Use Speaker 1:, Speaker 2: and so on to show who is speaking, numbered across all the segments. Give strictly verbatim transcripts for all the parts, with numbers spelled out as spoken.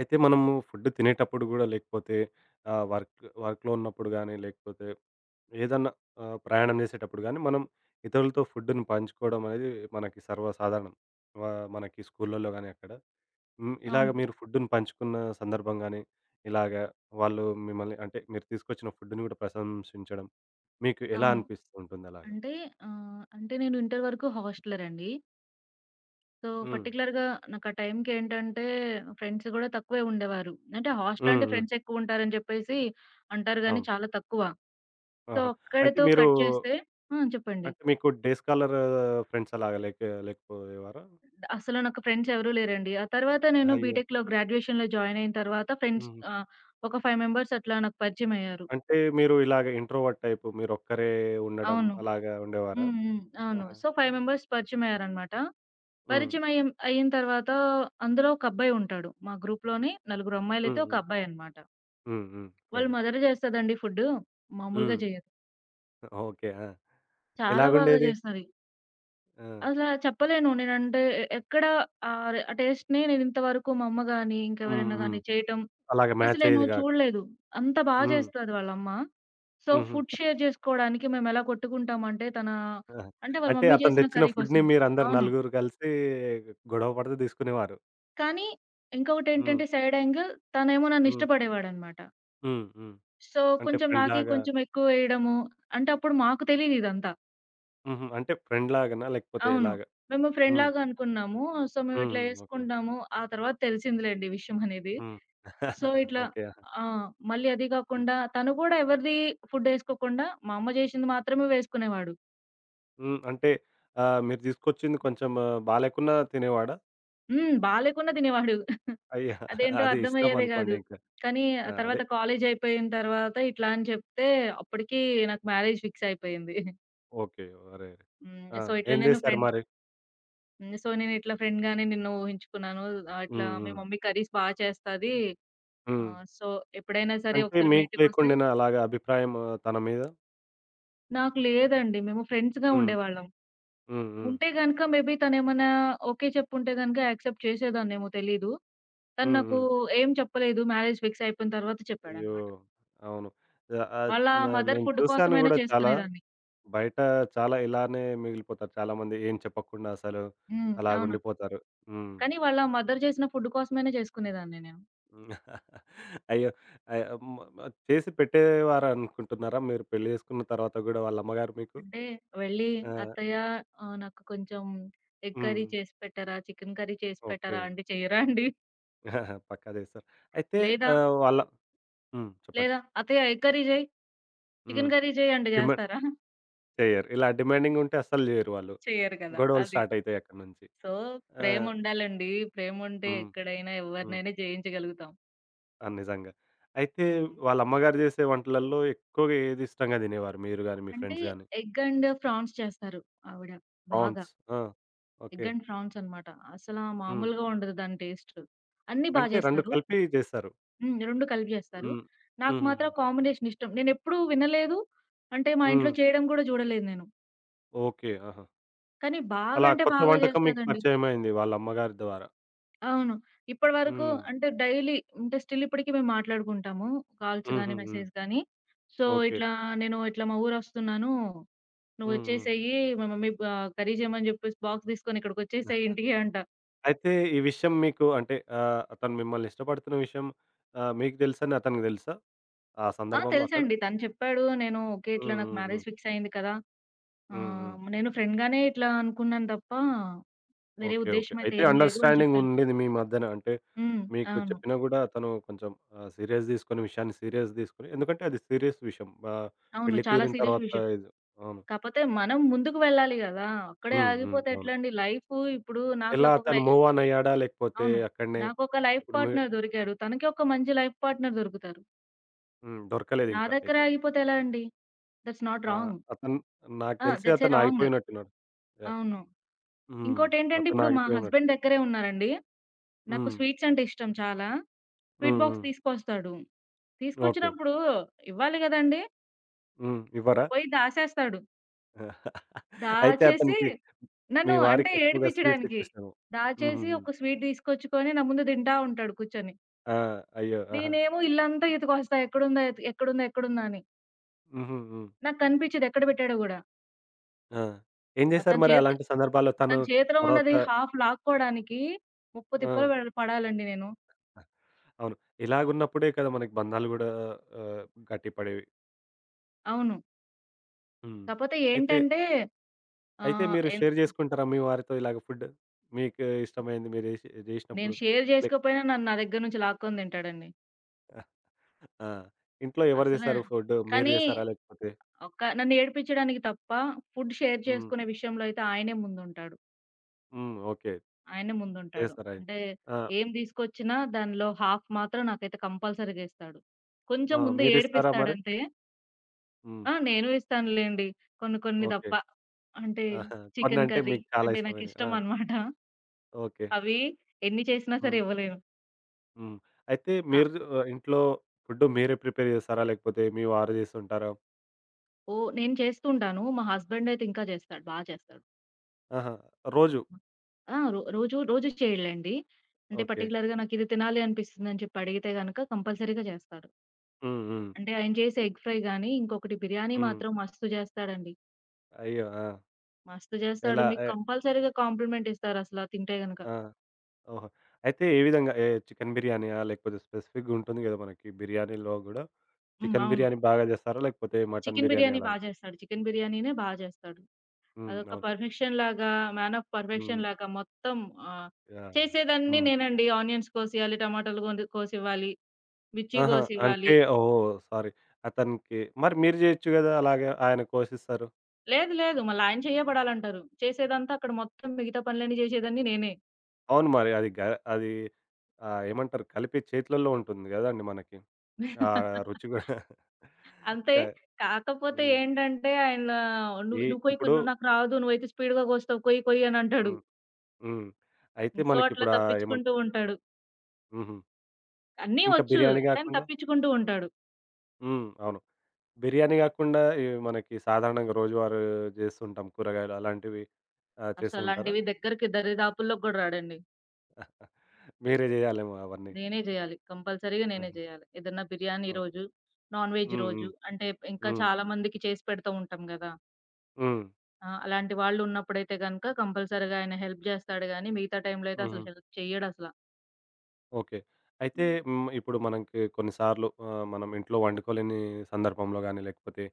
Speaker 1: అయితే మనము ఫుడ్ తినేటప్పుడు గూడా లేకపోతే ఆహ్, వర్క్ వర్క్‌లో ఉన్నప్పుడు గానీ, లేకపోతే ఏదన్నా ఆహ్, ప్రయాణం చేసేటప్పుడు గానీ, మనం ఇతరులతో ఫుడ్‌ని పంచుకోవడం అనేది మనకి సర్వసాధారణం. వా మనకి స్కూళ్ళలో గానీ అక్కడ. హ్మ్. ఇలాగ
Speaker 2: అవును.
Speaker 1: మీరు ఫుడ్‌ని పంచుకున్న సందర్భం గానీ, ఇలాగ వాళ్ళు మిమ్మల్ని అంటే మీరు తీసుకొచ్చిన ఫుడ్‌ని గూడా ప్రశంసించడం మీకు ఎలా
Speaker 2: అవును.
Speaker 1: అనిపిస్తూ ఉంటుంది అలాగా?
Speaker 2: అంటే ఆహ్, అంటే నేను ఇంటర్ వరకు హాస్టలర్ అండి. సో,
Speaker 1: హ్మ్.
Speaker 2: పర్టిక్యులర్‌గా నాకు ఆ టైంకేంటంటే ఫ్రెండ్స్ గూడా తక్కువే ఉండేవారు. అంటే హాస్టల్
Speaker 1: హ్మ్.
Speaker 2: అంటే
Speaker 1: హ్మ్.
Speaker 2: ఫ్రెండ్స్ ఎక్కువుంటారని జెప్పేసి అంటారు గానీ
Speaker 1: అవును.
Speaker 2: చాలా తక్కువ. సో,
Speaker 1: ఆహా! అంటే
Speaker 2: అక్కడితో
Speaker 1: మీరు
Speaker 2: కట్ చేస్తే. హ్మ్. చెప్పండి.
Speaker 1: అంటే మీకు డే స్కాలర్ ఫ్రెండ్స్ అలాగా లేక లేకపోయేవారా?
Speaker 2: అసలు నాకు ఫ్రెండ్స్ ఎవరూ లేరండి. ఆ తర్వాత నేను
Speaker 1: అయ్యో!
Speaker 2: బీటెక్‌లో గ్రాడ్యుయేషన్‌లో జాయిన్ అయిన తర్వాత ఫ్రెండ్స్
Speaker 1: హ్మ్.
Speaker 2: ఆహ్, ఒక ఐదు మెంబర్స్ అట్లా నాకు పరిచయమయ్యారు.
Speaker 1: అంటే మీరు ఇలాగ ఇంట్రోవర్ట్ టైపు మీరొక్కరే ఉండడం
Speaker 2: అవును.
Speaker 1: అలాగా ఉండేవారా?
Speaker 2: హ్మ్. హ్మ్. అవును.
Speaker 1: ఆహా!
Speaker 2: సో, ఐదు మెంబర్స్ పరిచయమయ్యారనమాట.
Speaker 1: హ్మ్.
Speaker 2: పరిచయమయ్యం అయిన తర్వాత అందులో ఒక అబ్బాయి ఉంటాడు. మా గ్రూప్‌లోనే నలుగురు
Speaker 1: హ్మ్.
Speaker 2: అమ్మాయిలైతే ఒక
Speaker 1: హ్మ్.
Speaker 2: అబ్బాయనమాట.
Speaker 1: హ్మ్. హ్మ్.
Speaker 2: వాళ్ళు
Speaker 1: ఫ్రెండ్.
Speaker 2: Mother జేస్తదండి food. మామూలుగా
Speaker 1: హ్మ్.
Speaker 2: జేయదు.
Speaker 1: ఓకే. ఆ!
Speaker 2: చాలా బాగా
Speaker 1: ఎలాగుండేది?
Speaker 2: జేస్తది.
Speaker 1: ఆ!
Speaker 2: అసలా చెప్పలేను నేనంటే ఎ ఎక్కడ ఆహ్, ఆ టేస్ట్‌ని నేనింతవరకు మా అమ్మ గాని,
Speaker 1: హ్మ్.
Speaker 2: ఇంకెవరైనా
Speaker 1: హ్మ్.
Speaker 2: గాని చేయటం
Speaker 1: అలాగ
Speaker 2: అసలు
Speaker 1: మ్యాచ్
Speaker 2: నేను
Speaker 1: అయ్యేది గాదు.
Speaker 2: చూడలేదు. అంత బా
Speaker 1: హ్మ్.
Speaker 2: జేస్తది వాళ్ళమ్మ. సో,
Speaker 1: హుహు.
Speaker 2: ఫుడ్ షేర్ జేసుకోవడానికి మేమెలా కొట్టుకుంటామంటే తన,
Speaker 1: ఆహా!
Speaker 2: అంటే వాళ్ళ
Speaker 1: అంటే
Speaker 2: మమ్మీ
Speaker 1: అతను
Speaker 2: జేసిన
Speaker 1: తెచ్చిన
Speaker 2: కర్రీ
Speaker 1: ఫుడ్‌ని
Speaker 2: కోసం.
Speaker 1: మీరందరు
Speaker 2: అవును.
Speaker 1: నలుగురు కలిసి గొడవ పడుతూ తీసుకునేవారు.
Speaker 2: కానీ
Speaker 1: హ్మ్.
Speaker 2: ఇంకొకటేంటంటే సైడ్ యాంగిల్ తనేమో
Speaker 1: హ్మ్.
Speaker 2: నన్నిష్టపడేవాడనమాట.
Speaker 1: హ్మ్. హ్మ్.
Speaker 2: సో,
Speaker 1: అంటే
Speaker 2: కొంచెం నాకే
Speaker 1: ఫ్రెండ్‌లాగా
Speaker 2: కొంచెం ఎక్కువేయడము. అంటే అప్పుడు మాకు తెలీదిదంతా.
Speaker 1: హుహు. అంటే ఫ్రెండ్‌లాగానా? లేకపోతే
Speaker 2: అవును.
Speaker 1: ఎలాగా?
Speaker 2: మేము
Speaker 1: హ్మ్.
Speaker 2: ఫ్రెండ్‌లాగా అనుకున్నాము. సో,
Speaker 1: హ్మ్.
Speaker 2: మేమిట్లా
Speaker 1: హ్మ్. ఓకే.
Speaker 2: యేసుకుంటాము. ఆ తర్వాత తెలిసిందిలేండి ఈ విషయం అనేది.
Speaker 1: హ్మ్.
Speaker 2: సో, ఇట్లా
Speaker 1: ఓకే. ఆహా!
Speaker 2: ఆ! మళ్ళీ అది
Speaker 1: హ్మ్.
Speaker 2: గాకుండా తను గూడా ఎవరిది ఫుడ్డేసుకోకుండా మా అమ్మ జేషింది మాత్రమే వేసుకునేవాడు.
Speaker 1: హ్మ్. అంటే ఆహ్, మీరు తీసుకొచ్చింది కొంచెం బాలేకున్నా తినేవాడా?
Speaker 2: హ్మ్. బాలేకున్నా తినేవాడు.
Speaker 1: అయ్యా!
Speaker 2: అదేంటో
Speaker 1: అది
Speaker 2: అర్థమయ్యేదే
Speaker 1: ఇష్టమనుకోండి
Speaker 2: గాదు.
Speaker 1: ఇంకా.
Speaker 2: కానీ
Speaker 1: ఆ!
Speaker 2: ఆ
Speaker 1: అదే.
Speaker 2: తర్వాత కాలేజయిపోయిన తర్వాత ఇట్లా అని చెప్తే అప్పటికి నాకు మ్యారేజ్ ఫిక్స్ అయిపోయింది.
Speaker 1: ఓకే. అరెరే!
Speaker 2: హ్మ్.
Speaker 1: ఆ!
Speaker 2: సో, ఇట్లా
Speaker 1: ఏం
Speaker 2: నేను
Speaker 1: చేశారు
Speaker 2: ఫ్రెండ్.
Speaker 1: మరి?
Speaker 2: హ్మ్. సో, నేనిట్లా ఫ్రెండ్‌గానే నిన్ను ఊహించుకున్నాను. ఆహ్, ఇట్లా
Speaker 1: హ్మ్.
Speaker 2: మీ
Speaker 1: హ్మ్.
Speaker 2: మమ్మీ కర్రీస్ బా చేస్తాది.
Speaker 1: హ్మ్.
Speaker 2: ఆహ్, సో, ఎప్పుడైనా సరే
Speaker 1: అంటే
Speaker 2: ఒకసారి మీ
Speaker 1: మీకు
Speaker 2: ఇంటికొస్తే
Speaker 1: లేకుండేనా అలాగా అభిప్రాయం తన మీద?
Speaker 2: నాకు లేదండి. మేము ఫ్రెండ్స్‌గా
Speaker 1: హ్మ్.
Speaker 2: ఉండేవాళ్ళం.
Speaker 1: హ్మ్. హ్మ్.
Speaker 2: ఉంటే గనక మేబీ తనేమన్నా ఓకే చెప్పుంటే గనక యాక్సెప్ట్ చేసేదాన్నేమో తెలీదు. తను
Speaker 1: హ్మ్.
Speaker 2: నాకు
Speaker 1: హ్మ్.
Speaker 2: ఏం చెప్పలేదు. మ్యారేజ్ ఫిక్స్ అయిపోయిన తర్వాత
Speaker 1: అయ్యో!
Speaker 2: చెప్పాడనమాట.
Speaker 1: అవును. ఆహ్, ఆహ్,
Speaker 2: వాళ్ళ
Speaker 1: న
Speaker 2: మదర్
Speaker 1: నేను
Speaker 2: ఫుడ్
Speaker 1: చూసాను
Speaker 2: కోసమైనా
Speaker 1: గూడా చాలా.
Speaker 2: చేసుకునేదాన్ని.
Speaker 1: బయట చాలా ఇలానే మిగిలిపోతారు చాలామంది. ఏం చెప్పకుండా అసలు
Speaker 2: హ్మ్. అవును.
Speaker 1: అలాగుండిపోతారు. హ్మ్.
Speaker 2: కానీ వాళ్ళ మదర్ చేసిన ఫుడ్ కోసమైనా చేసుకునేదాన్ని నేను.
Speaker 1: హ్మ్. అయ్యో! అయ్ మ మ చేసి పెట్టేవారనుకుంటున్నారా? మీరు పెళ్లి చేసుకున్న తర్వాత గూడా వాళ్ళ అమ్మగారు మీకు?
Speaker 2: అంటే వెళ్ళి,
Speaker 1: ఆ!
Speaker 2: "అత్తయ్య, ఆహ్, నాకు కొంచెం ఎగ్ కర్రీ
Speaker 1: హ్మ్.
Speaker 2: చేసి పెట్టరా? చికెన్ కర్రీ చేసి
Speaker 1: ఓకే.
Speaker 2: పెట్టరా?" అంటే చెయ్యరా అండి?
Speaker 1: పక్కా చేస్తారు. అయితే
Speaker 2: లేదా,
Speaker 1: ఆహ్, వాళ్ళ హ్మ్. చెప్పండి.
Speaker 2: లేదా "అత్తయ్య ఎగ్ కర్రీ చెయి,
Speaker 1: హ్మ్.
Speaker 2: చికెన్ కర్రీ చెయి" అంటే
Speaker 1: డిమాండ్
Speaker 2: చేస్తారా?
Speaker 1: చెయ్యరు. ఇలా డిమాండింగుంటే అస్సలు జేయరు వాళ్ళు.
Speaker 2: చెయ్యరు కదా!
Speaker 1: గొడవలు
Speaker 2: అది.
Speaker 1: స్టార్ట్ అయితాయి అక్కడి నుంచి.
Speaker 2: సో,
Speaker 1: ఆ!
Speaker 2: ప్రేముండాలండి. ప్రేముంటే
Speaker 1: హ్మ్.
Speaker 2: ఎక్కడైనా
Speaker 1: హ్మ్.
Speaker 2: ఎవరినైనా జయించగలుగుతాం.
Speaker 1: ఆ! నిజంగా. అయితే
Speaker 2: హ్మ్.
Speaker 1: వాళ్ళ అమ్మగారు జేసే వంటలల్లో ఎక్కువగా ఏది ఇష్టంగా తినేవారు మీరు గాని, మీ
Speaker 2: అంటే
Speaker 1: ఫ్రెండ్స్ గాని?
Speaker 2: ఎగ్ అండ్ ఫ్రాన్స్ చేస్తారు ఆవిడ బాగా.
Speaker 1: ప్రాన్స్. ఆ!
Speaker 2: Egg
Speaker 1: okay.
Speaker 2: అండ్ ఫ్రాన్స్ అన్నమాట. అసలా
Speaker 1: హ్మ్.
Speaker 2: మామూలుగా ఉండదు దాని టేస్ట్. అన్నీ బా
Speaker 1: అంటే రెండు
Speaker 2: చేస్తారు.
Speaker 1: కలిపి జేస్తారు.
Speaker 2: హ్మ్. రెండు కలిపి జేస్తారు.
Speaker 1: హ్మ్.
Speaker 2: నాకు మాత్రం
Speaker 1: హుహుహు.
Speaker 2: ఆ కాంబినేషన్ ఇష్టం. నేనెప్పుడూ వినలేదు. అంటే మా
Speaker 1: హ్మ్.
Speaker 2: ఇంట్లో చేయడం గూడా జూడలేదు నేను.
Speaker 1: ఓకే. ఆహా!
Speaker 2: కానీ బాగా
Speaker 1: అలా
Speaker 2: అంటే
Speaker 1: కొత్త
Speaker 2: బాగా
Speaker 1: వంటకం మీకు
Speaker 2: జేస్తదండి.
Speaker 1: పరిచయమైంది వాళ్ళ అమ్మగారి ద్వారా.
Speaker 2: అవును. ఇప్పటి వరకు
Speaker 1: హ్మ్.
Speaker 2: అంటే డైలీ అంటే స్టిల్ ఇప్పటికి మేము మాట్లాడుకుంటాము. కాల్స్
Speaker 1: హుహు.
Speaker 2: గాని,
Speaker 1: హ్మ్.
Speaker 2: మెసేజ్ గాని. So,
Speaker 1: okay.
Speaker 2: ఇట్లా నేను ఇట్లా మా ఊరొస్తున్నాను.
Speaker 1: హ్మ్. హ్మ్.
Speaker 2: నువ్వొచ్చేసేయి మా మమ్మీ బ కర్రీ జేయమని జెప్పేసి బాక్స్ తీసుకొని ఇక్కడికొచ్చేసేయి ఇంటికి అంట.
Speaker 1: అయితే ఈ విషయం మీకు అంటే ఆహ్, అతను మిమ్మల్ని ఇష్టపడుతున్న విషయం ఆహ్, మీకు తెలుసని అతనికి తెలుసా? ఆ
Speaker 2: ఆ!
Speaker 1: సందర్భంలో అక్కడ?
Speaker 2: తెలుసండి. తను చెప్పాడు. నేను ఓకే. ఇట్లా
Speaker 1: హ్మ్.
Speaker 2: నాకు
Speaker 1: హ్మ్. హ్మ్.
Speaker 2: మ్యారేజ్ ఫిక్స్ అయింది కదా!
Speaker 1: హ్మ్. హ్మ్.
Speaker 2: ఆహ్, నేను ఫ్రెండ్‌గానే ఇట్లా అనుకున్నాను తప్ప వేరే
Speaker 1: ఓకే. ఓకే.
Speaker 2: ఉద్దేశ్యం అయితే
Speaker 1: అయితే
Speaker 2: ఏం లేదు అని
Speaker 1: అండర్‌స్టాండింగ్
Speaker 2: చెప్పాను.
Speaker 1: ఉండింది మీ మధ్యన. అంటే
Speaker 2: హ్మ్.
Speaker 1: మీకు
Speaker 2: అవును.
Speaker 1: చెప్పినా గూడా అతను కొంచెం ఆహ్, సీరియస్ తీసుకొని విషయాన్ని సీరియస్ తీసుకొని ఎందుకంటే అది సీరియస్ విషయం. ఆహ్,
Speaker 2: అవును.
Speaker 1: పెళ్లి
Speaker 2: చాలా
Speaker 1: కుదిరిన
Speaker 2: సీరియస్
Speaker 1: తర్వాత
Speaker 2: విషయం.
Speaker 1: ఇది. అవును.
Speaker 2: కాపోతే మనం ముందుకు వెళ్ళాలి గదా! అక్కడే
Speaker 1: హ్మ్. హ్మ్.
Speaker 2: ఆగిపోతే
Speaker 1: అవును.
Speaker 2: ఎట్లండి లైఫు ఇప్పుడు నాకు
Speaker 1: ఎలా
Speaker 2: లకొక
Speaker 1: అతను
Speaker 2: లై
Speaker 1: మూవ్ ఆన్ అయ్యాడా? లేకపోతే
Speaker 2: అవును.
Speaker 1: అక్కడనే
Speaker 2: నాకొక లైఫ్
Speaker 1: ఇప్పుడు మీ
Speaker 2: పార్ట్‌నర్ దొరికాడు. తనకి ఒక మంచి లైఫ్ పార్ట్‌నర్ దొరుకుతారు.
Speaker 1: హ్మ్.
Speaker 2: నా
Speaker 1: దొరకలేదింకా
Speaker 2: దగ్గరే
Speaker 1: అయితే.
Speaker 2: ఆగిపోతే ఎలా అండి? That's not
Speaker 1: ah,
Speaker 2: wrong.
Speaker 1: అతను నాకు
Speaker 2: ఆ!
Speaker 1: తెలిసి
Speaker 2: దట్స్ ఎ
Speaker 1: అతను
Speaker 2: రాంగ్.
Speaker 1: ఆగిపోయినట్టున్నాడు. యాహ్!
Speaker 2: అవును.
Speaker 1: హ్మ్.
Speaker 2: ఇంకోటేంటంటే
Speaker 1: అతను
Speaker 2: ఇప్పుడు మా హస్బెండ్
Speaker 1: ఆగిపోయినట్టున్నాడు.
Speaker 2: దగ్గరే ఉన్నారండి. నాకు
Speaker 1: హ్మ్.
Speaker 2: స్వీట్స్ అంటే ఇష్టం చాలా. స్వీట్
Speaker 1: హ్మ్.
Speaker 2: బాక్స్
Speaker 1: హ్మ్.
Speaker 2: తీసుకొస్తాడు.
Speaker 1: ఓకే.
Speaker 2: తీసుకొచ్చినప్పుడు ఇవ్వాలి గదండీ!
Speaker 1: హ్మ్. ఇవ్వరా?
Speaker 2: పోయి దాసేస్తాడు.
Speaker 1: అయితే
Speaker 2: దాచేసి
Speaker 1: అతనికి మీ
Speaker 2: నన్ను
Speaker 1: వారికి
Speaker 2: అంటే
Speaker 1: ఎక్కువగా స్వీట్స్
Speaker 2: ఏడిపిచ్చడానికి.
Speaker 1: ఎక్కువిష్టము.
Speaker 2: దాచేసి
Speaker 1: హుహుహు.
Speaker 2: ఒక స్వీట్ తీసుకొచ్చుకొని నా ముందు తింటా ఉంటాడు కూర్చొని.
Speaker 1: ఆ! అయ్యో! ఆహా!
Speaker 2: నేనేమో ఇల్లంతా ఎతికొస్తా ఎక్కడుందా? ఎత్ ఎక్కడుందా? ఎక్కడుందా? అని.
Speaker 1: హుహు. హ్మ్.
Speaker 2: నాకు కనిపిచ్చదు ఎక్కడ పెట్టాడో గూడా.
Speaker 1: ఆ! ఏం
Speaker 2: ఆహ్,
Speaker 1: చేశారు
Speaker 2: తన
Speaker 1: మరి
Speaker 2: చేతి
Speaker 1: అలాంటి సందర్భాల్లో
Speaker 2: తన
Speaker 1: తను
Speaker 2: చేతిలో
Speaker 1: తర్వాత
Speaker 2: ఉన్నది హాఫ్ లాక్కోడానికి ముప్పు
Speaker 1: ఆ!
Speaker 2: తిప్పలు పడ పడాలండి నేను.
Speaker 1: అవును. ఇలాగున్నప్పుడే కదా మనకి బంధాలు గూడా ఆహ్, గట్టిపడేవి.
Speaker 2: అవును.
Speaker 1: హ్మ్.
Speaker 2: కాపోతే
Speaker 1: అయితే,
Speaker 2: ఏంటంటే
Speaker 1: అయితే
Speaker 2: ఆహ్,
Speaker 1: మీరు
Speaker 2: ఎన్
Speaker 1: షేర్ జేసుకుంటారా మీ వారితో ఇలాగ ఫుడ్? మీకు ఇష్టమైంది మీరు జేసి
Speaker 2: నేను
Speaker 1: జేసినప్పుడు
Speaker 2: షేర్
Speaker 1: లైక్
Speaker 2: చేసుకోపోయినా నన్ను నా దగ్గర నుంచి లాక్కొని తింటాడండి.
Speaker 1: ఆ! ఇంట్లో ఎవరు
Speaker 2: అసలు
Speaker 1: జేస్తారు ఫుడ్? మీరు
Speaker 2: కానీ
Speaker 1: జేస్తారా? లేకపోతే
Speaker 2: ఒక్క నన్ను ఏడిపిచ్చడానికి తప్ప ఫుడ్ షేర్
Speaker 1: హ్మ్.
Speaker 2: చేసుకునే విషయంలో అయితే ఆయనే ముందుంటాడు.
Speaker 1: హ్మ్. ఓకే.
Speaker 2: ఆయనే ముందుంటాడు.
Speaker 1: చేస్తారా?
Speaker 2: అంటే
Speaker 1: ఆ!
Speaker 2: ఏం తీసుకొచ్చినా దానిలో హాఫ్ మాత్రం నాకైతే కంపల్సరీగా ఇస్తాడు. కొంచెం
Speaker 1: ఆ!
Speaker 2: ముందు
Speaker 1: మీరిస్తారా మరి?
Speaker 2: ఏడిపిస్తాడంతే.
Speaker 1: హ్మ్.
Speaker 2: ఆ! నేను ఇస్తానులెండి. కొన్ని కొన్ని
Speaker 1: ఓకే.
Speaker 2: తప్ప. అంటే
Speaker 1: ఆహా!
Speaker 2: చికెన్
Speaker 1: కొన్నంటే
Speaker 2: కర్రీ
Speaker 1: మీకు చాలా
Speaker 2: అంటే
Speaker 1: ఇష్టమైనవి. ఆ!
Speaker 2: నాకిష్టమనమాట.
Speaker 1: ఓకే.
Speaker 2: అవి ఎన్ని చేసినా సరే
Speaker 1: హ్మ్.
Speaker 2: ఇవ్వలేను.
Speaker 1: హ్మ్. అయితే
Speaker 2: ఆ!
Speaker 1: మీరు ఆహ్, ఇంట్లో ఫుడ్ మీరే ప్రిపేర్ జేస్తారా? లేకపోతే మీ వారు జేస్తుంటారా?
Speaker 2: ఓ నేను చేస్తూ ఉంటాను. మా హస్బెండ్ అయితే ఇంకా చేస్తాడు. బా చేస్తాడు.
Speaker 1: ఆహా! రోజు.
Speaker 2: ఆ! రో రోజు రోజు చేయడులెండి. అంటే
Speaker 1: ఓకే.
Speaker 2: పర్టిక్యులర్‌గా నాకిది తినాలి అనిపిస్తుందని చెప్పి అడిగితే గనక కంపల్సరీగా చేస్తాడు.
Speaker 1: హ్మ్. హ్మ్.
Speaker 2: అంటే ఆయన చేసే ఎగ్ ఫ్రై గాని, ఇంకొకటి బిర్యానీ
Speaker 1: హ్మ్.
Speaker 2: మాత్రం మస్తు చేస్తాడండి.
Speaker 1: అయ్యో! ఆ!
Speaker 2: మస్తు జేస్తాడు.
Speaker 1: ఎలా?
Speaker 2: మీకు
Speaker 1: ఎ
Speaker 2: కంపల్సరీగా కాంప్లిమెంట్ ఇస్తారసలా తింటే గనక.
Speaker 1: ఆ! ఓహో! అయితే ఏ విధంగా? ఏ చికెన్ బిర్యానీయా? లేకపోతే స్పెసిఫిక్‌గా ఉంటుంది గదా! మనకి బిర్యానీలో గూడా.
Speaker 2: హ్మ్.
Speaker 1: చికెన్
Speaker 2: అవును.
Speaker 1: బిర్యానీ బాగా జేస్తారా? లేకపోతే మటన్
Speaker 2: చికెన్
Speaker 1: బిర్యానీ
Speaker 2: బిర్యానీ బా
Speaker 1: అలాగా?
Speaker 2: జేస్తాడు. చికెన్ బిర్యానీనే బా జేస్తాడు.
Speaker 1: హ్మ్.
Speaker 2: అదొక
Speaker 1: అవును.
Speaker 2: పర్ఫెక్షన్ లాగా, మ్యాన్ ఆఫ్
Speaker 1: హ్మ్.
Speaker 2: పర్ఫెక్షన్ లాగా మొత్తం ఆహ్,
Speaker 1: యాహ్! యాహ్!
Speaker 2: చేసేదన్నీ
Speaker 1: హ్మ్.
Speaker 2: నేనండి. ఆనియన్స్ కోసియాలి, టమాటాలు గొంజి కోసివ్వాలి, మిర్చి
Speaker 1: ఆహా!
Speaker 2: కోసివ్వాలి.
Speaker 1: అంటే ఓహ్! సారీ. అతనికి మరి మీరు జేయొచ్చు గదా! అలాగా ఆయన కోసిస్తారు.
Speaker 2: లేదు లేదు. మళ్ళాయన చేయబడాలంటారు. చేసేదంతా అక్కడ మొత్తం మిగతా పనులన్నీ జేసేదన్నీ నేనే.
Speaker 1: అవును. మరి అది గ అది ఆహ్, ఏమంటారు? కలిపి చేతులలో ఉంటుంది గదండీ మనకి. ఆ రుచి గూడా. క
Speaker 2: అంతే. కాకపోతే
Speaker 1: హ్మ్.
Speaker 2: ఏంటంటే ఆయన,
Speaker 1: ఈ
Speaker 2: "నువ్వు నువ్వు కొయ్,
Speaker 1: ఇప్పుడు
Speaker 2: నాకు రాదు. నువ్వైతే స్పీడ్‌గా కోస్తావు. కొయ్ కొయ్" అనంటాడు.
Speaker 1: హ్మ్. హ్మ్. అయితే
Speaker 2: సో, అట్లా
Speaker 1: మనకిప్పుడు ఆహ్, ఏమంట
Speaker 2: తప్పించుకుంటూ ఉంటాడు.
Speaker 1: హుహు.
Speaker 2: అన్నీ
Speaker 1: ఇంకా
Speaker 2: వచ్చు.
Speaker 1: బిర్యానీ
Speaker 2: కానీ
Speaker 1: గాకుండా
Speaker 2: తప్పించుకుంటూ ఉంటాడు.
Speaker 1: హ్మ్. అవును. బిర్యానీ గాకుండా ఈ మనకి సాధారణంగా రోజువారీ జేస్తుంటాం కూరగాయలు అలాంటివి ఆహ్, చేస్తూ ఉంటారా?
Speaker 2: అసలాంటివి దగ్గరికి దరిదాపుల్లో గూడా రాడండి.
Speaker 1: మీరే జేయాలేమో అవన్నీ.
Speaker 2: నేనే జేయాలి. కంపల్సరీగా నేనే
Speaker 1: ఆహా!
Speaker 2: జేయాలి. ఏదన్నా బిర్యానీ
Speaker 1: ఓకే.
Speaker 2: రోజు, నాన్ వెజ్
Speaker 1: హ్మ్. హ్మ్.
Speaker 2: రోజు అంటే ఇంకా
Speaker 1: హ్మ్.
Speaker 2: చాలా మందికి చేసి పెడుతూ ఉంటాం గదా!
Speaker 1: హ్మ్.
Speaker 2: ఆ! అలాంటి వాళ్ళు ఉన్నప్పుడైతే గనక కంపల్సరీగా ఆయన హెల్ప్ జేస్తాడు గానీ, మిగతా టైంలో అయితే
Speaker 1: హుహు.
Speaker 2: అసలు హెల్ప్ చెయ్యడసల.
Speaker 1: ఓకే. అయితే హ్మ్. ఇప్పుడు మనకి కొన్నిసార్లు ఆహ్, మనం ఇంట్లో వండుకోలేని సందర్భంలో గానీ, లేకపోతే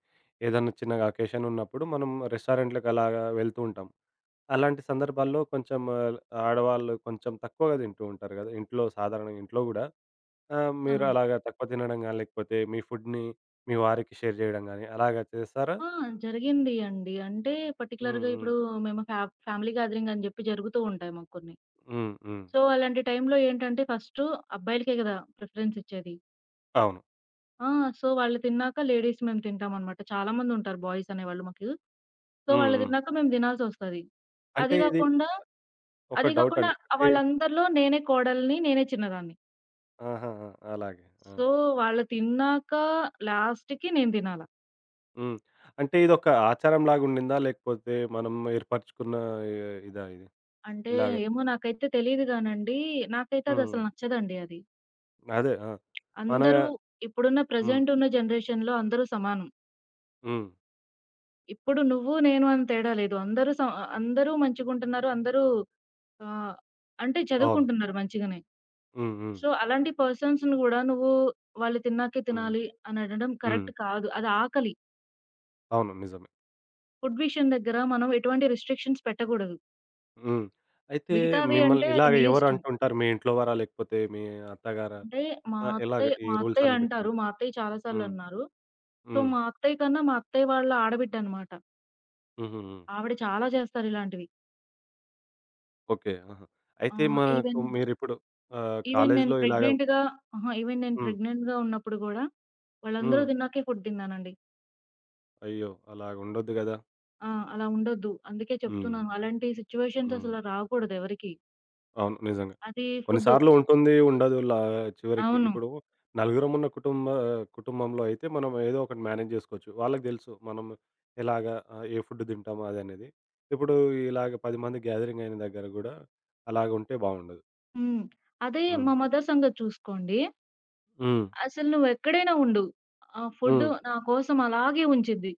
Speaker 1: ఏదన్నా చిన్నగా అకేషన్ ఉన్నప్పుడు మనం రెస్టారెంట్‌లకి అలాగా వెళ్తూ ఉంటాం. అలాంటి సందర్భాల్లో కొంచెం ఆహ్, ఆడవాళ్ళు కొంచెం తక్కువగా తింటూ ఉంటారు గదా! ఇంట్లో సాధారణంగా ఇంట్లో గూడా ఆ! మీరు
Speaker 2: అవును.
Speaker 1: అలాగా తక్కువ తినడం గాని, లేకపోతే మీ ఫుడ్‌ని మీ వారికి షేర్ జేయడం గాని అలాగా చేస్తారా?
Speaker 2: ఆ! జరిగింది అండి. అంటే
Speaker 1: హ్మ్.
Speaker 2: పర్టిక్యులర్‌గా
Speaker 1: హ్మ్.
Speaker 2: ఇప్పుడు మేము ఫ్యా ఫ్యామిలీ గ్యాదరింగ్ అని జెప్పి జరుగుతూ ఉంటాయి మాకు కొన్ని.
Speaker 1: హ్మ్. హ్మ్.
Speaker 2: సో, అలాంటి టైంలో ఏంటంటే ఫస్టు అబ్బాయిలకే గదా! ప్రిఫరెన్స్ ఇచ్చేది.
Speaker 1: అవును.
Speaker 2: ఆ! సో, వాళ్ళు తిన్నాక లేడీస్ మేము తింటామనమాట. చాలా మందుంటారు బాయ్స్ అనేవాళ్ళు మాకు. సో,
Speaker 1: హ్మ్.
Speaker 2: వాళ్ళు
Speaker 1: హ్మ్.
Speaker 2: తిన్నాక మేము తినాల్సొస్తది.
Speaker 1: అంటే
Speaker 2: అది
Speaker 1: ఇది
Speaker 2: గాకుండా
Speaker 1: ఒక
Speaker 2: అది గాకుండా
Speaker 1: డౌటండి. అంటే
Speaker 2: వాళ్ళందరిలో నేనే కోడలిని, నేనే చిన్నదాన్ని.
Speaker 1: ఆహా! ఆ! అలాగే. ఆ!
Speaker 2: సో, వాళ్ళు తిన్నాక లాస్ట్‌కి నేను తినాలా.
Speaker 1: హ్మ్. అంటే ఇదొక ఆచారం లాగుండిందా? లేకపోతే మనం ఏర్పరచుకున్న ఇ ఇదా ఇది?
Speaker 2: అంటే
Speaker 1: ఇలాగ
Speaker 2: ఏమో నాకైతే తెలీదు గానండి. నాకైతే
Speaker 1: హ్మ్.
Speaker 2: అదసలు నచ్చదండి అది.
Speaker 1: అదే. ఆ! మన
Speaker 2: అందరూ ఇప్పుడున్న
Speaker 1: హ్మ్.
Speaker 2: ప్రెజెంట్ ఉన్న జనరేషన్‌లో అందరూ సమానం.
Speaker 1: హ్మ్.
Speaker 2: ఇప్పుడు నువ్వు, నేను అని తేడా లేదు. అందరూ స అందరూ మంచిగుంటున్నారు. అందరూ ఆహ్, అంటే
Speaker 1: అవును.
Speaker 2: చదువుకుంటున్నారు మంచిగానే.
Speaker 1: హ్మ్. హ్మ్.
Speaker 2: సో, అలాంటి పర్సన్స్‌ని గూడా నువ్వు వాళ్ళు తిన్నాకే
Speaker 1: హ్మ్.
Speaker 2: తినాలి అని అనడం
Speaker 1: హ్మ్.
Speaker 2: కరెక్ట్ కాదు. అది ఆకలి.
Speaker 1: అవును. నిజం.
Speaker 2: ఫుడ్ విషయం దగ్గర మనం ఎటువంటి రిస్ట్రిక్షన్స్ పెట్టకూడదు.
Speaker 1: హ్మ్. అయితే
Speaker 2: మిగతావి
Speaker 1: మిమ్మల్ని
Speaker 2: అంటే అది
Speaker 1: ఇలాగ
Speaker 2: మీ
Speaker 1: ఎవరు
Speaker 2: ఇష్టం.
Speaker 1: అంటుంటారు? మీ ఇంట్లో వారా? లేకపోతే మీ అత్తగారా?
Speaker 2: అంటే మా
Speaker 1: ఆ! ఎలాగ
Speaker 2: అత్తయ్య
Speaker 1: ఈ
Speaker 2: మా
Speaker 1: రూల్స్
Speaker 2: అత్తయ్య
Speaker 1: అన్నీ
Speaker 2: అంటారు.
Speaker 1: పెట్టింది?
Speaker 2: మా అత్తయ్య చాలా సార్లు
Speaker 1: హ్మ్.
Speaker 2: అన్నారు. సో,
Speaker 1: హ్మ్.
Speaker 2: మా అత్తయ్య కన్నా మా అత్తయ్య వాళ్ళ ఆడబిడ్డ అన్నమాట.
Speaker 1: హుహుహు.
Speaker 2: ఆవిడ చాలా చేస్తారు ఇలాంటివి.
Speaker 1: ఓకే. ఆహా! అయితే
Speaker 2: ఆహ్,
Speaker 1: మనకు
Speaker 2: ఈవెన్
Speaker 1: మీరిప్పుడు ఆహ్,
Speaker 2: ఈవెన్ నేను
Speaker 1: కాలేజీలో ఇలాగ
Speaker 2: ప్రెగ్నెంట్‌గా అహా! ఈవెన్ నేను
Speaker 1: హ్మ్.
Speaker 2: ప్రెగ్నెంట్‌గా ఉన్నప్పుడు గూడా వాళ్ళందరూ
Speaker 1: హ్మ్.
Speaker 2: తిన్నాకే ఫుడ్ తిన్నానండి.
Speaker 1: అయ్యో! అలాగుండొద్దు గదా!
Speaker 2: ఆ! అలా ఉండొద్దు. అందుకే
Speaker 1: హ్మ్.
Speaker 2: చెప్తున్నాను. అలాంటి సిట్యుయేషన్స్
Speaker 1: హ్మ్.
Speaker 2: అసలు రాకూడదు ఎవరికీ.
Speaker 1: అవును. నిజంగా.
Speaker 2: అది ఫుడ్డు.
Speaker 1: కొన్నిసార్లు ఉంటుంది, ఉండదు. లా చివరికి
Speaker 2: అవును.
Speaker 1: ఇప్పుడు నలుగురమున్న కుటుంబ కుటుంబంలో అయితే మనం ఏదో ఒకటి మేనేజ్ జేసుకోవచ్చు. వాళ్ళకి దెలుసు మనం ఎలాగా ఆహ్, ఏ ఫుడ్ తింటాము అదనేది. ఇప్పుడు ఇలాగ పది మంది గ్యాదరింగ్ అయిన దగ్గర గూడా అలాగుంటే బావుండదు.
Speaker 2: హ్మ్. అదే
Speaker 1: హ్మ్.
Speaker 2: మా మదర్ సంగతి చూసుకోండి.
Speaker 1: హ్మ్.
Speaker 2: అసలు నువ్వెక్కడైనా ఉండు. ఆ ఫుడ్డు
Speaker 1: హ్మ్.
Speaker 2: నా కోసం అలాగే ఉంచిద్ది.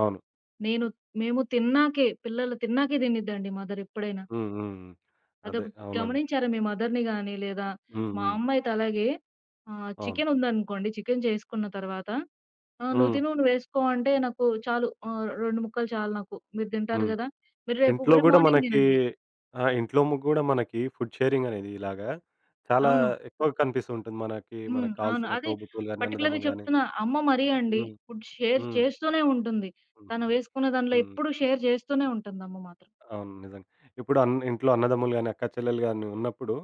Speaker 1: అవును.
Speaker 2: నేను మేము తిన్నాకే పిల్లలు తిన్నాకే తినిద్దండి మదర్ ఎప్పుడైనా.
Speaker 1: హ్మ్. హ్మ్. హ్మ్. అదే.
Speaker 2: అదొకటి
Speaker 1: అవునండి.
Speaker 2: గమనించారా మీ మదర్‌ని గాని లేదా
Speaker 1: హ్మ్.
Speaker 2: మా
Speaker 1: హ్మ్.
Speaker 2: అమ్మ అయితే అలాగే ఆహ్,
Speaker 1: అవును.
Speaker 2: చికెన్ ఉందనుకోండి. చికెన్ చేసుకున్న తర్వాత, "ఆ! నువ్వు
Speaker 1: హ్మ్.
Speaker 2: తిను. నువ్వేసుకో" అంటే నాకు చాలు, ఆహ్, రెండు ముక్కలు చాలు నాకు. మీరు తింటారు
Speaker 1: హ్మ్.
Speaker 2: గదా! మీరు రేపు
Speaker 1: ఇంట్లో
Speaker 2: మరి
Speaker 1: గూడా
Speaker 2: మార్నింగ్
Speaker 1: మనకి
Speaker 2: తినండి.
Speaker 1: ఆ! ఇంట్లో గూడా మనకి ఫుడ్ షేరింగ్ అనేది ఇలాగా చాలా
Speaker 2: అవును.
Speaker 1: ఎక్కువగా కనిపిస్తూ ఉంటుంది. మనకి
Speaker 2: హ్మ్.
Speaker 1: మనకు
Speaker 2: అవును.
Speaker 1: కావాల్సిన
Speaker 2: అదే
Speaker 1: తోబుట్టువులు గాని,
Speaker 2: పర్టిక్యులర్‌గా
Speaker 1: అన్నదమ్ములు గాని.
Speaker 2: చెప్తున్నా. అమ్మ మరీ అండి.
Speaker 1: హ్మ్.
Speaker 2: ఇప్పుడు షేర్
Speaker 1: హ్మ్.
Speaker 2: చేస్తూనే ఉంటుంది.
Speaker 1: హుహు.
Speaker 2: తను వేసుకున్న దాంట్లో
Speaker 1: హ్మ్.
Speaker 2: ఎప్పుడు షేర్ చేస్తూనే ఉంటుందమ్మ మాత్రం.
Speaker 1: అవును. నిజంగా. ఇప్పుడు అన్ ఇంట్లో అన్నదమ్ములు గాని, అక్క చెల్లెలు గాని ఉన్నప్పుడు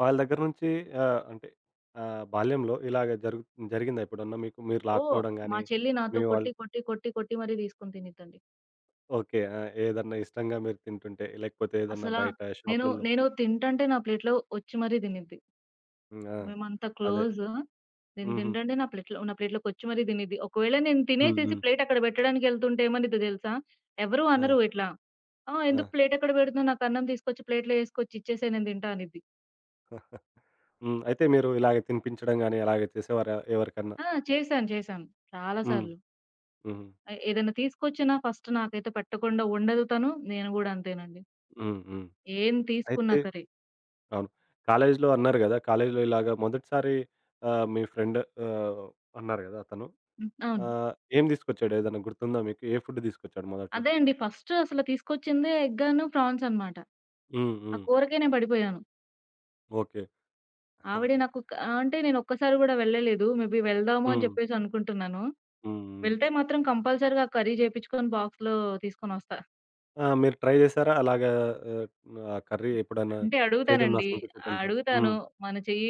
Speaker 1: వాళ్ళ దగ్గర నుంచి ఆహ్, అంటే ఆహ్, బాల్యంలో ఇలాగ జరుగు జరిగిందా ఎప్పుడన్నా మీకు? మీరు
Speaker 2: ఓహ్!
Speaker 1: లాక్కోవడం
Speaker 2: మా
Speaker 1: గాని,
Speaker 2: చెల్లి నాతో
Speaker 1: మీ వాళ్ళు
Speaker 2: కొట్టి, కొట్టి, కొట్టి, కొట్టి మరీ తీసుకొని తినిద్దండి.
Speaker 1: ఓకే. ఆ! ఏదన్నా ఇష్టంగా మీరు తింటుంటే, లేకపోతే ఏదన్నా
Speaker 2: అసలా
Speaker 1: బయట
Speaker 2: నేను,
Speaker 1: షాపులల్లో.
Speaker 2: నేను తింటంటే నా ప్లేట్‌లో ఒచ్చి మరీ తినిద్ది.
Speaker 1: హ్మ్. ఆ!
Speaker 2: మేమంత
Speaker 1: అదే.
Speaker 2: క్లోజు. నేను
Speaker 1: హుహు.
Speaker 2: తింటంటే నా ప్లేట్‌లో నా ప్లేట్‌లోకొచ్చి మరీ తినిద్ది. ఒకవేళ నేను
Speaker 1: హ్మ్.
Speaker 2: తినేసేసి
Speaker 1: హ్మ్.
Speaker 2: ప్లేట్ అక్కడ పెట్టడానికెళ్తుంటే ఏమనిద్దో తెలుసా? ఎవరు
Speaker 1: ఆ!
Speaker 2: అనరు ఇట్లా. "ఆ!
Speaker 1: ఆ!
Speaker 2: ఎందుకు ప్లేట్ ఎక్కడ పెడుతున్నావు? నాకు అన్నం తీసుకొచ్చి ప్లేట్‌లో ఏసుకొచ్చి ఇచ్చేసేయి నేను తింటా" అనిద్ది.
Speaker 1: హ్మ్. అయితే మీరు ఇలాగ తినిపించడం గాని, అలాగే చేసేవారా ఎవరికన్నా?
Speaker 2: ఆ! చేశాను. చేశాను. చాలా
Speaker 1: హ్మ్.
Speaker 2: సార్లు.
Speaker 1: హ్మ్.
Speaker 2: ఎ ఏదైనా తీసుకొచ్చినా ఫస్ట్ నాకైతే పెట్టకుండా ఉండదు తను. నేను గూడా అంతేనండి.
Speaker 1: హ్మ్. హ్మ్.
Speaker 2: ఏం తీసుకున్నా
Speaker 1: అయితే
Speaker 2: సరే.
Speaker 1: అవును. కాలేజీలో అన్నారు గదా! కాలేజీలో ఇలాగ మొదటిసారి ఆహ్, మీ ఫ్రెండ్ ఆహ్, అన్నారు గదా! అతను.
Speaker 2: హ్మ్. అవును.
Speaker 1: ఆహ్, ఏం తీసుకొచ్చాడు? ఏదన్నా గుర్తుందా మీకు? ఏ ఫుడ్ తీసుకొచ్చాడు మొదట్లో?
Speaker 2: అదే అండి. ఫస్ట్ అసలు తీసుకొచ్చిందే ఎగ్గాను, ప్రాన్స్ అనమాట.
Speaker 1: హ్మ్.
Speaker 2: ఆ
Speaker 1: హ్మ్.
Speaker 2: కూరకే నేను పడిపోయాను.
Speaker 1: ఓకే. హ్మ్.
Speaker 2: ఆవిడే నాకు క అంటే నేను ఒక్కసారి గూడా వెళ్ళలేదు. మేబీ వెళ్దాము అని చెప్పేసి అనుకుంటున్నాను.
Speaker 1: హ్మ్. హ్మ్.
Speaker 2: వెళ్తే మాత్రం కంపల్సరీగా కర్రీ చేపించుకొని బాక్స్‌లో తీసుకొనొస్తా.
Speaker 1: ఆ! మీరు ట్రై జేసారా? అలాగా ఆహ్, ఆ కర్రీ ఎప్పుడన్నా
Speaker 2: అంటే
Speaker 1: చేద్దాం నా
Speaker 2: అడుగుతానండి.
Speaker 1: సొంత చేతులతో.
Speaker 2: అడుగుతాను.
Speaker 1: హ్మ్.
Speaker 2: మన చెయ్యి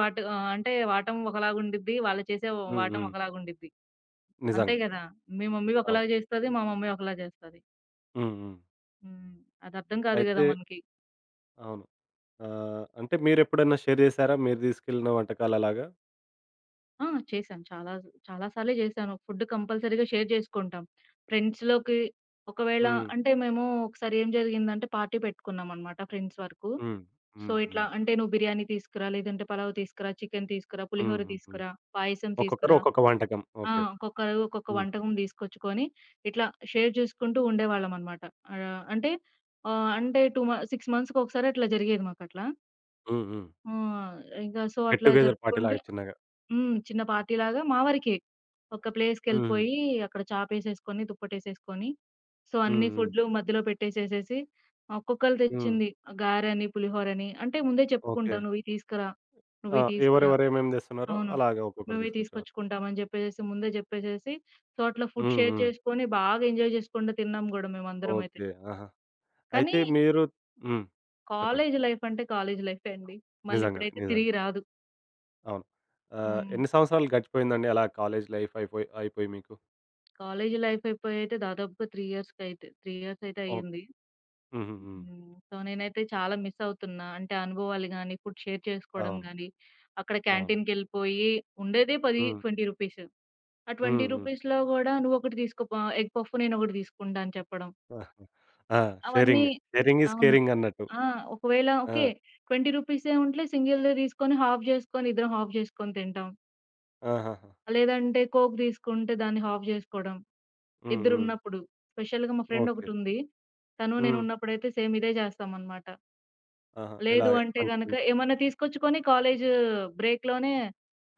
Speaker 2: వాటు ఆహ్, అంటే వాటం ఒకలాగుండిద్ది. వాళ్ళు చేసే
Speaker 1: హ్మ్.
Speaker 2: వాటం
Speaker 1: హ్మ్.
Speaker 2: ఒకలాగుండిద్ది. అంతే
Speaker 1: నిజంగా.
Speaker 2: గదా! మీ మమ్మీ ఒకలా
Speaker 1: అవును.
Speaker 2: జేస్తది. మా మమ్మీ ఒకలా జేస్తది.
Speaker 1: హ్మ్. హ్మ్.
Speaker 2: హ్మ్. అది అర్థం కాదు గదా!
Speaker 1: అయితే
Speaker 2: మనకి.
Speaker 1: అవును. ఆ! అంటే మీరెప్పుడన్నా షేర్ జేసారా? మీరు తీసుకెళ్ళిన వంటకాలలాగా?
Speaker 2: ఆ! చేశాను. చాలా చాలా సార్లే చేశాను. ఫుడ్ కంపల్సరీగా షేర్ జేసుకుంటాం. ఫ్రెండ్స్‌లోకి ఒకవేళ
Speaker 1: హ్మ్.
Speaker 2: అంటే మేము ఒకసారి ఏం జరిగిందంటే పార్టీ పెట్టుకున్నామనమాట ఫ్రెండ్స్ వరకు.
Speaker 1: హ్మ్.
Speaker 2: సో,
Speaker 1: హ్మ్.
Speaker 2: ఇట్లా
Speaker 1: హ్మ్.
Speaker 2: అంటే, "నువ్వు బిర్యానీ తీసుకురా, లేదంటే పలావ్ తీసుకురా, చికెన్ తీసుకురా,
Speaker 1: హ్మ్.
Speaker 2: పులిహోర
Speaker 1: హ్మ్. హ్మ్.
Speaker 2: తీసుకురా, పాయసం
Speaker 1: ఒక్కొక్కరు
Speaker 2: తీసుకురా."
Speaker 1: ఒక్కొక్క వంటకం.
Speaker 2: ఆ!
Speaker 1: ఓకే.
Speaker 2: ఒక్కొక్కరు ఒక్కొక్క
Speaker 1: హ్మ్.
Speaker 2: వంటకం తీసుకొచ్చుకొని, ఇట్లా షేర్ చేసుకుంటూ ఉండేవాళ్ళమనమాట. ఆహ్, అంటే ఆహ్, అంటే 2 మ ఆరు మంత్స్‌కొకసారి అట్లా జరిగేది మాకట్లా.
Speaker 1: హ్మ్. హ్మ్.
Speaker 2: ఆహ్, ఇంకా సో,
Speaker 1: గెట్
Speaker 2: అట్లా
Speaker 1: టుగెదర్
Speaker 2: జరుపుకుంటే
Speaker 1: పార్టీలాగా చిన్నగా.
Speaker 2: హ్మ్. చిన్న పార్టీలాగా మా వరకే. ఒక
Speaker 1: హ్మ్.
Speaker 2: ప్లేస్‌కెళ్ళిపోయి అక్కడ చాపేసేసుకొని, దుప్పటేసేసుకొని, సో, అన్ని
Speaker 1: హ్మ్. హ్మ్.
Speaker 2: ఫుడ్‌లు మధ్యలో పెట్టేసేసేసి ఒక్కొక్కళ్ళు
Speaker 1: హ్మ్.
Speaker 2: తెచ్చింది గారని, పులిహోరని అంటే ముందే
Speaker 1: ఓకే.
Speaker 2: చెప్పుకుంటాం. "నువ్వియి తీసుకురా,
Speaker 1: ఆ!
Speaker 2: నువ్వియి తీసుకురా."
Speaker 1: ఎవరెవరు ఏమేమి తెస్తున్నారో
Speaker 2: అవును.
Speaker 1: అలాగే ఒక్కొక్కరు
Speaker 2: మేమే
Speaker 1: తీసుకొచ్చేవారు.
Speaker 2: తీసుకొచ్చుకుంటామని జెప్పేసేసి ముందే జెప్పేసేసి, సో, అట్లా ఫుడ్
Speaker 1: హ్మ్.
Speaker 2: షేర్
Speaker 1: హ్మ్.
Speaker 2: చేసుకొని బాగా ఎంజాయ్ చేసుకుంట తిన్నాం గూడా మేమందరమైతే.
Speaker 1: ఓకే. ఆహా!
Speaker 2: కానీ
Speaker 1: అయితే మీరు హ్మ్. చెప్పండి.
Speaker 2: కాలేజ్ లైఫ్ అంటే కాలేజ్ లైఫే అండి. మళ్ళీ
Speaker 1: నిజంగానే.
Speaker 2: ఇప్పుడైతే
Speaker 1: నిజంగా.
Speaker 2: తిరిగి రాదు.
Speaker 1: అవును. ఆహ్,
Speaker 2: హ్మ్.
Speaker 1: ఎన్ని సంవత్సరాలు గడిచిపోయిందండి అలా కాలేజ్ లైఫ్ అయిపోయి అయిపోయి మీకు?
Speaker 2: కాలేజ్ లైఫ్ అయిపోయి అయితే దాదాపుగా మూడు ఇయర్స్‌కైతే మూడు ఇయర్స్ అయితే
Speaker 1: ఓకే.
Speaker 2: అయ్యింది.
Speaker 1: హుహుహు.
Speaker 2: హ్మ్. సో, నేనైతే చాలా మిస్ అవుతున్నా. అంటే అనుభవాలు గానీ, ఫుడ్ షేర్ చేసుకోవడం
Speaker 1: అవును.
Speaker 2: గానీ, అక్కడ
Speaker 1: అవును.
Speaker 2: క్యాంటీన్‌కెళ్ళిపోయి ఉండేదే పది,
Speaker 1: హ్మ్.
Speaker 2: ఇరవై రూపీస్. ఆ ఇరవై
Speaker 1: హ్మ్. హ్మ్.
Speaker 2: రూపీస్‌లో గూడా నువ్వొకటి తీసుకోపో ఎగ్ పఫ్ నేనొకటి తీసుకుంటా అని చెప్పడం.
Speaker 1: ఆహా! ఆ!
Speaker 2: అవన్నీ
Speaker 1: షేరింగ్. షేరింగ్ ఈజ్
Speaker 2: అవును.
Speaker 1: కేరింగ్ అన్నట్టు.
Speaker 2: ఆ! ఒకవేళ ఓకే.
Speaker 1: ఆ!
Speaker 2: ఇరవై రూపీసే ఉంటే సింగిల్‌దే తీసుకొని హాఫ్ చేసుకొని ఇద్దరం హాఫ్ చేసుకొని తింటాం.
Speaker 1: ఆహాహా!
Speaker 2: లేదంటే కోక్ తీసుకుంటే దాన్ని హాఫ్ చేసుకోవడం.
Speaker 1: హ్మ్. హ్మ్.
Speaker 2: ఇద్దరున్నప్పుడు. స్పెషల్‌గా మా ఫ్రెండ్
Speaker 1: ఓకే.
Speaker 2: ఒకటుంది. తను నేను
Speaker 1: హ్మ్.
Speaker 2: ఉన్నప్పుడైతే సేమ్ ఇదే చేస్తామనమాట.
Speaker 1: ఆహా!
Speaker 2: లేదు
Speaker 1: ఇలాగ
Speaker 2: అంటే గనక
Speaker 1: పంచుకుంటూ.
Speaker 2: ఏమన్నా తీసుకొచ్చుకొని కాలేజ్ బ్రేక్‌లోనే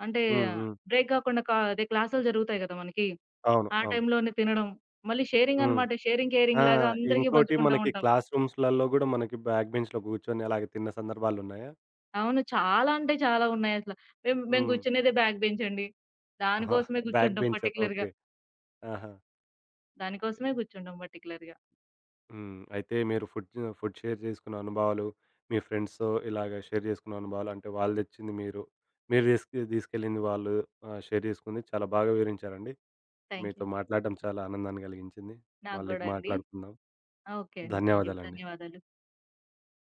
Speaker 2: అంటే
Speaker 1: హ్మ్. హ్మ్.
Speaker 2: బ్రేక్ కాకుండా కా అదే క్లాసులు జరుగుతాయి కదా! మనకి.
Speaker 1: అవును.
Speaker 2: ఆ
Speaker 1: అవును.
Speaker 2: టైంలోనే తినడం. మళ్ళీ షేరింగ్
Speaker 1: హ్మ్.
Speaker 2: అనమాట. షేరింగ్
Speaker 1: ఆ!
Speaker 2: కేరింగ్ లాగా అందరికీ
Speaker 1: ఇంకోటి
Speaker 2: పంచుకుంటా
Speaker 1: మనకి
Speaker 2: ఉంటాం.
Speaker 1: క్లాస్ రూమ్స్‌లలో గూడా మనకి బ్యాక్ బెంచ్‌లో గూర్చొని అలాగే తిన్న సందర్భాలున్నాయా?
Speaker 2: అవును. చాలా అంటే చాలా ఉన్నాయసల. మేము మేము
Speaker 1: హ్మ్.
Speaker 2: కూర్చునేదే బ్యాక్ బెంచ్ అండి. దానికోసమే
Speaker 1: బ్యాక్
Speaker 2: కూర్చుంటాం
Speaker 1: బెంచర్.
Speaker 2: పర్టిక్యులర్‌గా.
Speaker 1: ఓకే. ఆహా!
Speaker 2: దానికోసమే కూర్చుంటాం పర్టిక్యులర్‌గా.
Speaker 1: హ్మ్. అయితే మీరు ఫుడ్ ఫుడ్ షేర్ జేసుకున్న అనుభవాలు, మీ ఫ్రెండ్స్‌తో ఇలాగ షేర్ జేసుకున్న అనుభవాలు అంటే వాళ్ళు దెచ్చింది మీరు, మీరు దీసుకు తీసుకెళ్ళింది వాళ్ళు ఆహ్, షేర్ జేసుకుంది చాలా బాగా వివరించారండి.
Speaker 2: థాంక్
Speaker 1: మీతో
Speaker 2: యూ.
Speaker 1: మాట్లాడడం చాలా ఆనందాన్ని కలిగించింది.
Speaker 2: నాకు
Speaker 1: మళ్ళీ
Speaker 2: గూడా అండి.
Speaker 1: మాట్లాడుకుందాం.
Speaker 2: ఓకే అండి. Thank you.
Speaker 1: ధన్యవాదాలండి.
Speaker 2: ధన్యవాదాలు.